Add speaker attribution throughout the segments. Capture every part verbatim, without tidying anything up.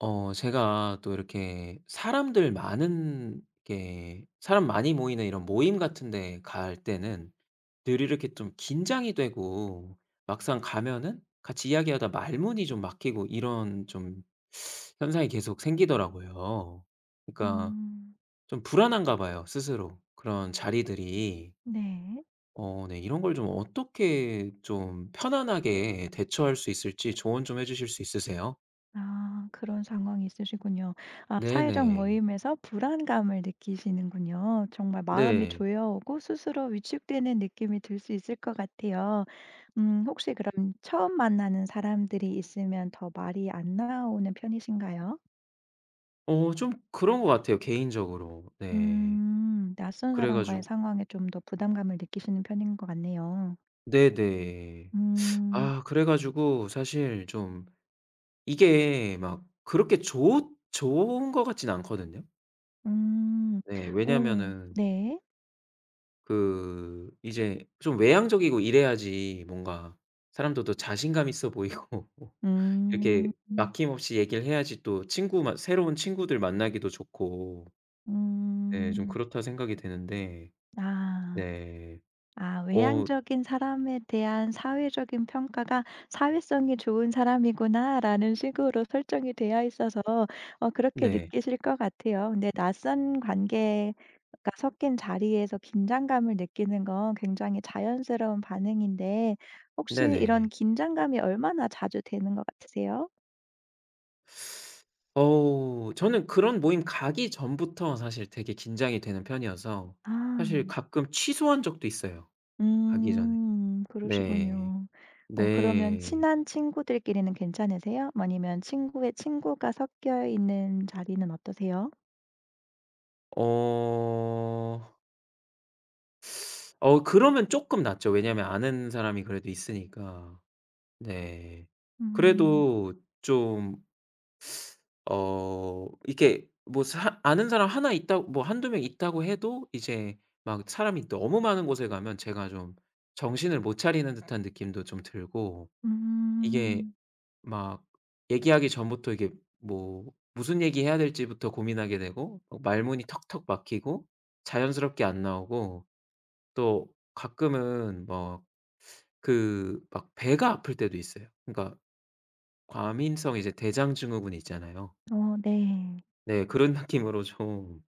Speaker 1: 어 제가 또 이렇게 사람들 많은 게 사람 많이 모이는 이런 모임 같은 데 갈 때는 늘 이렇게 좀 긴장이 되고 막상 가면은 같이 이야기하다 말문이 좀 막히고 이런 좀 현상이 계속 생기더라고요. 그러니까
Speaker 2: 음.
Speaker 1: 좀 불안한가 봐요 스스로. 그런 자리들이.
Speaker 2: 네.
Speaker 1: 어 네, 이런 걸 좀 어떻게 좀 편안하게 대처할 수 있을지 조언 좀 해 주실 수 있으세요?
Speaker 2: 아 그런 상황이 있으시군요. 아 사회적
Speaker 1: 네네.
Speaker 2: 모임에서 불안감을 느끼시는군요. 정말 마음이
Speaker 1: 네.
Speaker 2: 조여오고 스스로 위축되는 느낌이 들 수 있을 것 같아요. 음 혹시 그럼 처음 만나는 사람들이 있으면 더 말이 안 나오는 편이신가요?
Speaker 1: 어 좀 그런 것 같아요 개인적으로. 네.
Speaker 2: 음. 낯선
Speaker 1: 그래
Speaker 2: 사람과의
Speaker 1: 가지고
Speaker 2: 상황에 좀 더 부담감을 느끼시는 편인 것 같네요.
Speaker 1: 네네.
Speaker 2: 음.
Speaker 1: 아 그래 가지고 사실 좀 이게 막 그렇게 좋 좋은 것 같진 않거든요.
Speaker 2: 음.
Speaker 1: 네.
Speaker 2: 오
Speaker 1: 왜냐면은
Speaker 2: 네.
Speaker 1: 그 이제 좀 외향적이고 이래야지 뭔가 사람들도 자신감 있어 보이고
Speaker 2: 음.
Speaker 1: 이렇게
Speaker 2: 음.
Speaker 1: 막힘없이 얘기를 해야지 또 친구 만 새로운 친구들 만나기도 좋고 네 좀
Speaker 2: 음.
Speaker 1: 그렇다 생각이 되는데
Speaker 2: 아.
Speaker 1: 네.
Speaker 2: 아
Speaker 1: 어
Speaker 2: 외향적인 사람에 대한 사회적인 평가가 '사회성이 좋은 사람이구나.'라는 식으로 설정이 되어 있어서 어 그렇게
Speaker 1: 네.
Speaker 2: 느끼실 것 같아요. 근데 낯선 관계가 섞인 자리에서 긴장감을 느끼는 건 굉장히 자연스러운 반응인데 혹시
Speaker 1: 네네.
Speaker 2: 이런 긴장감이 얼마나 자주 되는 것 같으세요?
Speaker 1: 어우 저는 그런 모임 가기 전부터 사실 되게 긴장이 되는 편이어서 사실
Speaker 2: 아.
Speaker 1: 가끔 취소한 적도 있어요, 가기 전에.
Speaker 2: 음.
Speaker 1: 네.
Speaker 2: 그러시군요. 어 그러면
Speaker 1: 네.
Speaker 2: 친한 친구들끼리는 괜찮으세요? 아니면 친구의 친구가 섞여 있는 자리는 어떠세요?
Speaker 1: 어. 어 그러면 쪼끔 낫죠. 왜냐면 아는 사람이 그래도 있으니까. 네.
Speaker 2: 음.
Speaker 1: 그래도 좀 어 이렇게 뭐 사 아는 사람 하나 있다 뭐 한두 명 있다고 해도 이제 막 사람이 너무 많은 곳에 가면 제가 좀 정신을 못 차리는 듯한 느낌도 좀 들고 이게
Speaker 2: 음.
Speaker 1: 막 얘기하기 전부터 이게 뭐 무슨 얘기해야 될지부터 고민하게 되고 막 말문이 턱턱 막히고 자연스럽게 안 나오고 또 가끔은 뭐 그 막 배가 아플 때도 있어요. 그러니까 과민성 이제 대장 증후군 있잖아요.
Speaker 2: 어 네.
Speaker 1: 네 그런 느낌으로 좀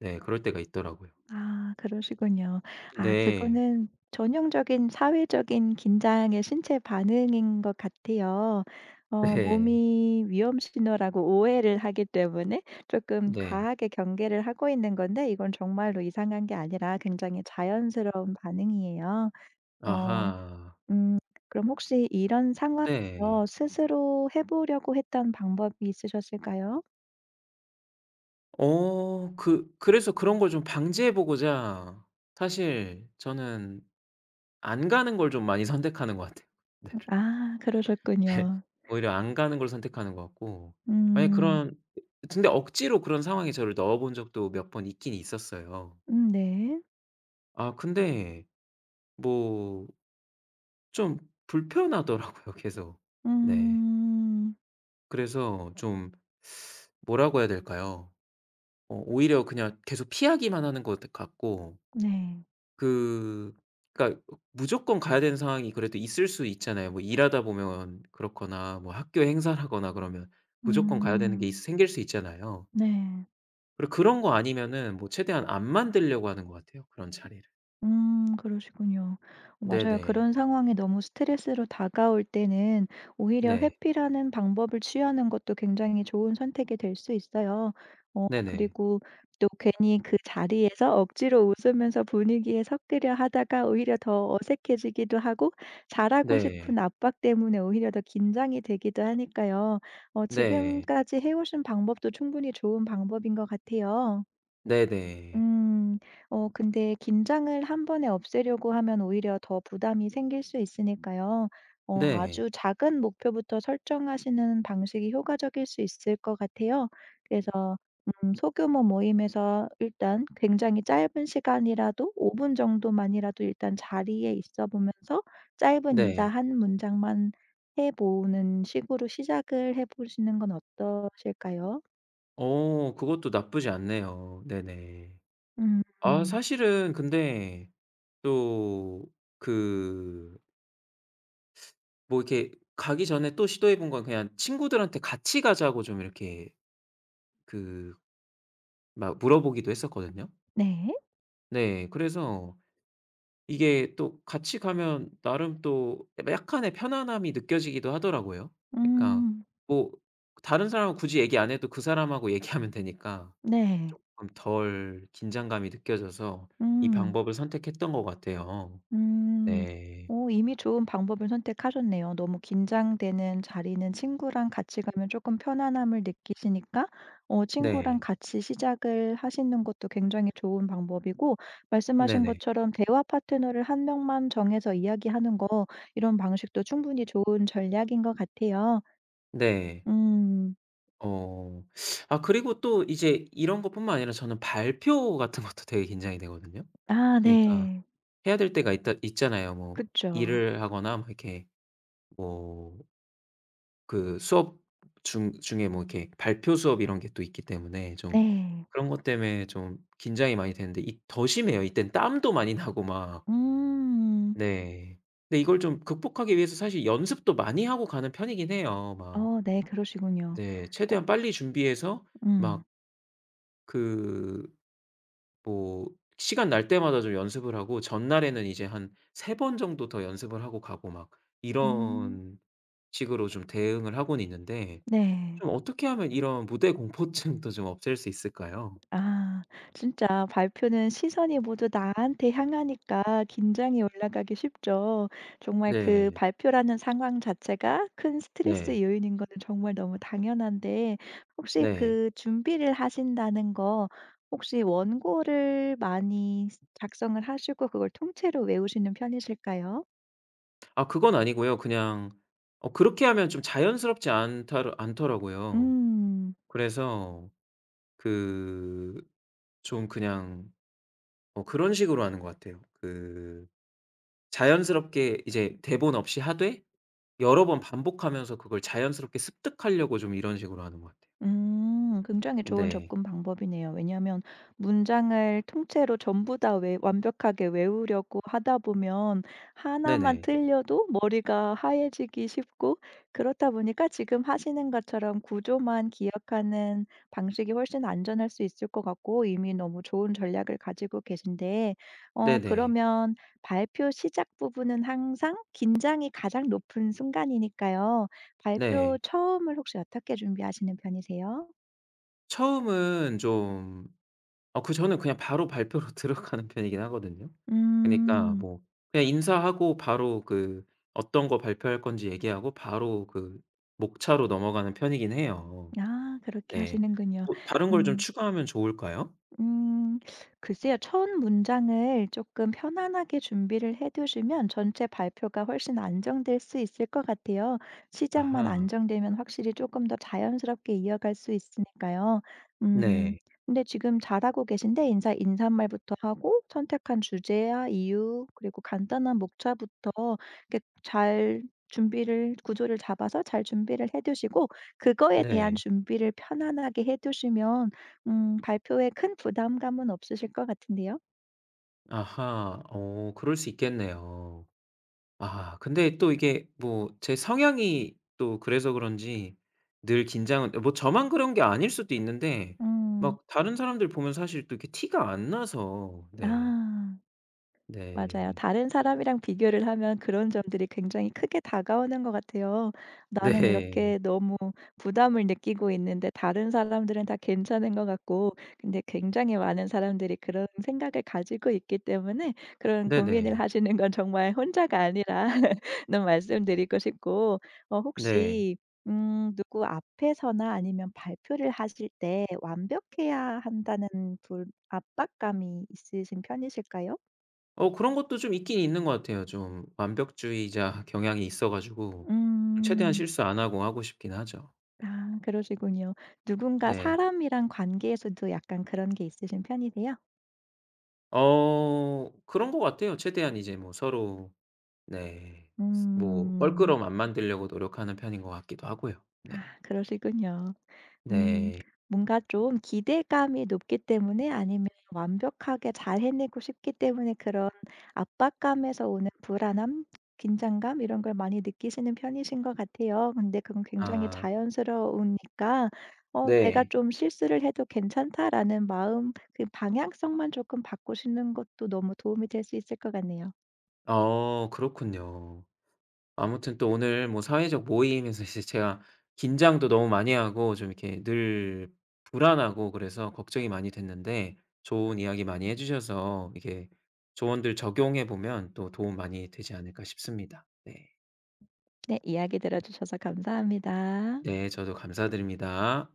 Speaker 1: 네 그럴 때가 있더라고요.
Speaker 2: 아 그러시군요. 아
Speaker 1: 네.
Speaker 2: 그거는 전형적인 사회적인 긴장의 신체 반응인 것 같아요. 어
Speaker 1: 네.
Speaker 2: 몸이 위험 신호라고 오해를 하기 때문에 조금
Speaker 1: 네.
Speaker 2: 과하게 경계를 하고 있는 건데 이건 정말로 이상한 게 아니라 굉장히 자연스러운 반응이에요. 어
Speaker 1: 아하.
Speaker 2: 음 그럼 혹시 이런
Speaker 1: 네.
Speaker 2: 상황에서 스스로 해 보려고 했던 방법이 있으셨을까요?
Speaker 1: 어 그 그래서 그런 걸 좀 방지해 보고자 사실 저는 안 가는 걸 좀 많이 선택하는 것 같아요 군대를.
Speaker 2: 아
Speaker 1: 네.
Speaker 2: 그러셨군요.
Speaker 1: 오히려 안 가는 걸 선택하는 것 같고 만약에
Speaker 2: 음.
Speaker 1: 그런 근데 억지로 그런 상황에 저를 넣어 본 적도 몇 번 있긴 있었어요.
Speaker 2: 음 네.
Speaker 1: 아 근데 뭐 좀 불편하더라고요 계속. 네.
Speaker 2: 음.
Speaker 1: 그래서 좀 뭐라고 해야 될까요? 어 오히려 그냥 계속 피하기만 하는 것 같고
Speaker 2: 네.
Speaker 1: 그 그러니까 무조건 가야 되는 상황이 그래도 있을 수 있잖아요. 뭐 일하다 보면 그렇거나 뭐 학교 행사라거나 그러면 무조건 가야 되는 게 있
Speaker 2: 음.
Speaker 1: 생길 수 있잖아요.
Speaker 2: 네.
Speaker 1: 그리고 그런 거 아니면은 뭐 최대한 안 만들려고 하는 것 같아요, 그런 자리를.
Speaker 2: 음 그러시군요. 어 맞아요.
Speaker 1: 네네.
Speaker 2: 그런 상황이 너무 스트레스로 다가올 때는 오히려
Speaker 1: 네.
Speaker 2: 회피라는 방법을 취하는 것도 굉장히 좋은 선택이 될 수 있어요. 어
Speaker 1: 네네.
Speaker 2: 그리고 또 괜히 그 자리에서 억지로 웃으면서 분위기에 섞으려 하다가 오히려 더 어색해지기도 하고 잘하고
Speaker 1: 네.
Speaker 2: 싶은 압박 때문에 오히려 더 긴장이 되기도 하니까요. 어
Speaker 1: 네.
Speaker 2: 지금까지 해 오신 방법도 충분히 좋은 방법인 것 같아요.
Speaker 1: 네네.
Speaker 2: 음. 어 근데 긴장을 한 번에 없애려고 하면 오히려 더 부담이 생길 수 있으니까요. 어
Speaker 1: 네.
Speaker 2: 아주 작은 목표부터 설정하시는 방식이 효과적일 수 있을 것 같아요. 그래서 음 소규모 모임에서 일단 굉장히 짧은 시간이라도 오 분 정도만이라도 일단 자리에 있어 보면서 짧은 인사
Speaker 1: 네.
Speaker 2: 한 문장만 해 보는 식으로 시작을 해 보시는 건 어떠실까요?
Speaker 1: 어 그것도 나쁘지 않네요. 네네.
Speaker 2: 음.
Speaker 1: 아
Speaker 2: 음,
Speaker 1: 사실은 근데 또그 뭐 이렇게 가기 전에 또 시도해 본 건 그냥 친구들한테 같이 가자고 좀 이렇게 그 막 물어보기도 했었거든요.
Speaker 2: 네.
Speaker 1: 네. 그래서 이게 또 같이 가면 나름 또 약간의 편안함이 느껴지기도 하더라고요. 그러니까
Speaker 2: 음.
Speaker 1: 뭐 다른 사람하고 굳이 얘기 안 해도 그 사람하고 얘기하면 되니까
Speaker 2: 네.
Speaker 1: 쪼끔 덜 긴장감이 느껴져서 이
Speaker 2: 음.
Speaker 1: 방법을 선택했던 것 같아요.
Speaker 2: 음.
Speaker 1: 네.
Speaker 2: 오 이미 좋은 방법을 선택하셨네요. 너무 긴장되는 자리는 친구랑 같이 가면 조금 편안함을 느끼시니까 어 친구랑
Speaker 1: 네.
Speaker 2: 같이 시작을 하시는 것도 굉장히 좋은 방법이고 말씀하신
Speaker 1: 네네.
Speaker 2: 것처럼 대화 파트너를 한 명만 정해서 이야기하는 거 이런 방식도 충분히 좋은 전략인 것 같아요.
Speaker 1: 네.
Speaker 2: 음.
Speaker 1: 어. 아 그리고 또 이제 이런 것뿐만 아니라 저는 발표 같은 것도 되게 긴장이 되거든요.
Speaker 2: 아
Speaker 1: 그니까
Speaker 2: 네.
Speaker 1: 해야 될 때가 있다 있잖아요. 뭐
Speaker 2: 그쵸.
Speaker 1: 일을 하거나 뭐 이렇게 뭐 그 수업 중 중에 뭐 이렇게 발표 수업 이런 게 또 있기 때문에 좀
Speaker 2: 네.
Speaker 1: 그런 것 때문에 좀 긴장이 많이 되는데 이 더 심해요. 이땐 땀도 많이 나고 막
Speaker 2: 음.
Speaker 1: 네. 근데 이걸 좀 극복하기 위해서 사실 연습도 많이 하고 가는 편이긴 해요. 막
Speaker 2: 어 네 그러시군요.
Speaker 1: 네
Speaker 2: 어
Speaker 1: 최대한 빨리 준비해서
Speaker 2: 음.
Speaker 1: 막그 뭐 시간 날 때마다 좀 연습을 하고 전날에는 이제 한 세 번 정도 더 연습을 하고 가고 막
Speaker 2: 음.
Speaker 1: 이런 식으로 좀 대응을 하고는 있는데
Speaker 2: 네.
Speaker 1: 좀 어떻게 하면 이런 무대 공포증도 좀 없앨 수 있을까요?
Speaker 2: 아 진짜 발표는 시선이 모두 나한테 향하니까 긴장이 올라가기 쉽죠. 정말 그
Speaker 1: 네.
Speaker 2: 발표라는 상황 자체가 큰 스트레스
Speaker 1: 네.
Speaker 2: 요인인 거는 정말 너무 당연한데 혹시
Speaker 1: 네.
Speaker 2: 그 준비를 하신다는 거 혹시 원고를 많이 작성을 하시고 그걸 통째로 외우시는 편이실까요?
Speaker 1: 아 그건 아니고요. 그냥 어 그렇게 하면 좀 자연스럽지 않다르 않더라고요.
Speaker 2: 음.
Speaker 1: 그래서 그 좀 그냥 어 그런 식으로 하는 것 같아요. 그 자연스럽게 이제 대본 없이 하되 여러 번 반복하면서 그걸 자연스럽게 습득하려고 좀 이런 식으로 하는 것 같아요.
Speaker 2: 음. 굉장히 좋은
Speaker 1: 네.
Speaker 2: 접근 방법이네요. 왜냐하면 문장을 통째로 전부 다 외 완벽하게 외우려고 하다 보면 하나만
Speaker 1: 네네.
Speaker 2: 틀려도 머리가 하얘지기 쉽고 그렇다 보니까 지금 하시는 것처럼 구조만 기억하는 방식이 훨씬 안전할 수 있을 것 같고 이미 너무 좋은 전략을 가지고 계신데 어
Speaker 1: 네네.
Speaker 2: 그러면 발표 시작 부분은 항상 긴장이 가장 높은 순간이니까요. 발표
Speaker 1: 네.
Speaker 2: 처음을 혹시 어떻게 준비하시는 편이세요?
Speaker 1: 처음은 좀 어 그 저는 그냥 바로 발표로 들어가는 편이긴 하거든요. 그니까
Speaker 2: 음.
Speaker 1: 뭐 그냥 인사하고 바로 그 어떤 거 발표할 건지 얘기하고 바로 그 목차로 넘어가는 편이긴 해요.
Speaker 2: 아 그렇게
Speaker 1: 네.
Speaker 2: 하시는군요.
Speaker 1: 뭐 다른 걸 좀
Speaker 2: 음.
Speaker 1: 추가하면 좋을까요?
Speaker 2: 음 글쎄요. 첫 문장을 조금 편안하게 준비를 해 두시면 전체 발표가 훨씬 안정될 수 있을 것 같아요. 시작만
Speaker 1: 아하.
Speaker 2: 안정되면 확실히 조금 더 자연스럽게 이어갈 수 있으니까요. 음
Speaker 1: 네.
Speaker 2: 근데 지금 잘하고 계신데 인사 인사말부터 하고 선택한 주제와 이유 그리고 간단한 목차부터 이렇게 잘 준비를 구조를 잡아서 잘 준비를 해 두시고 그거에 대한
Speaker 1: 네.
Speaker 2: 준비를 편안하게 해 두시면 음 발표에 큰 부담감은 없으실 것 같은데요.
Speaker 1: 아하. 어 그럴 수 있겠네요. 아 근데 또 이게 뭐 제 성향이 또 그래서 그런지 늘 긴장은 뭐 저만 그런 게 아닐 수도 있는데
Speaker 2: 음.
Speaker 1: 막 다른 사람들 보면 사실 또 이렇게 티가 안 나서 네.
Speaker 2: 아. 맞아요.
Speaker 1: 네.
Speaker 2: 다른 사람이랑 비교를 하면 그런 점들이 굉장히 크게 다가오는 것 같아요. 나는
Speaker 1: 네.
Speaker 2: 이렇게 너무 부담을 느끼고 있는데 다른 사람들은 다 괜찮은 것 같고 근데 굉장히 많은 사람들이 그런 생각을 가지고 있기 때문에 그런 고민을
Speaker 1: 네네.
Speaker 2: 하시는 건 정말 혼자가 아니라는 말씀드리고 싶고 어
Speaker 1: 네.
Speaker 2: 혹시 음 누구 앞에서나 아니면 발표를 하실 때 완벽해야 한다는 불 압박감이 있으신 편이실까요?
Speaker 1: 어 그런 것도 좀 있긴 있는 것 같아요. 좀 완벽주의자 경향이 있어 가지고 최대한
Speaker 2: 음.
Speaker 1: 실수 안 하고 하고 싶긴 하죠.
Speaker 2: 아 그러시군요. 누군가
Speaker 1: 네.
Speaker 2: 사람이랑 관계에서도 약간 그런 게 있으신 편이세요?
Speaker 1: 어 그런 것 같아요. 최대한 이제 뭐 서로 네. 스 뭐
Speaker 2: 음.
Speaker 1: 껄끄러움 안 만들려고 노력하는 편인 것 같기도 하고요.
Speaker 2: 아
Speaker 1: 네.
Speaker 2: 그러시군요. 음.
Speaker 1: 네.
Speaker 2: 뭔가 좀 기대감이 높기 때문에 아니면 완벽하게 잘 해내고 싶기 때문에 그런 압박감에서 오는 불안함, 긴장감 이런 걸 많이 느끼시는 편이신 것 같아요. 근데 그건 굉장히
Speaker 1: 아
Speaker 2: 자연스러우니까 어 '내가
Speaker 1: 네.
Speaker 2: 좀 실수를 해도 괜찮다.'라는 마음 그 방향성만 조금 바꾸시는 것도 너무 도움이 될 수 있을 것 같네요.
Speaker 1: 어 그렇군요. 아무튼 또 오늘 뭐 사회적 모임에서 이제 제가 긴장도 너무 많이 하고 좀 이렇게 늘 불안하고 그래서 걱정이 많이 됐는데 좋은 이야기 많이 해 주셔서 이게 조언들 적용해 보면 또 도움 많이 되지 않을까 싶습니다. 네.
Speaker 2: 네. 이야기 들어 주셔서 감사합니다.
Speaker 1: 네 저도 감사드립니다.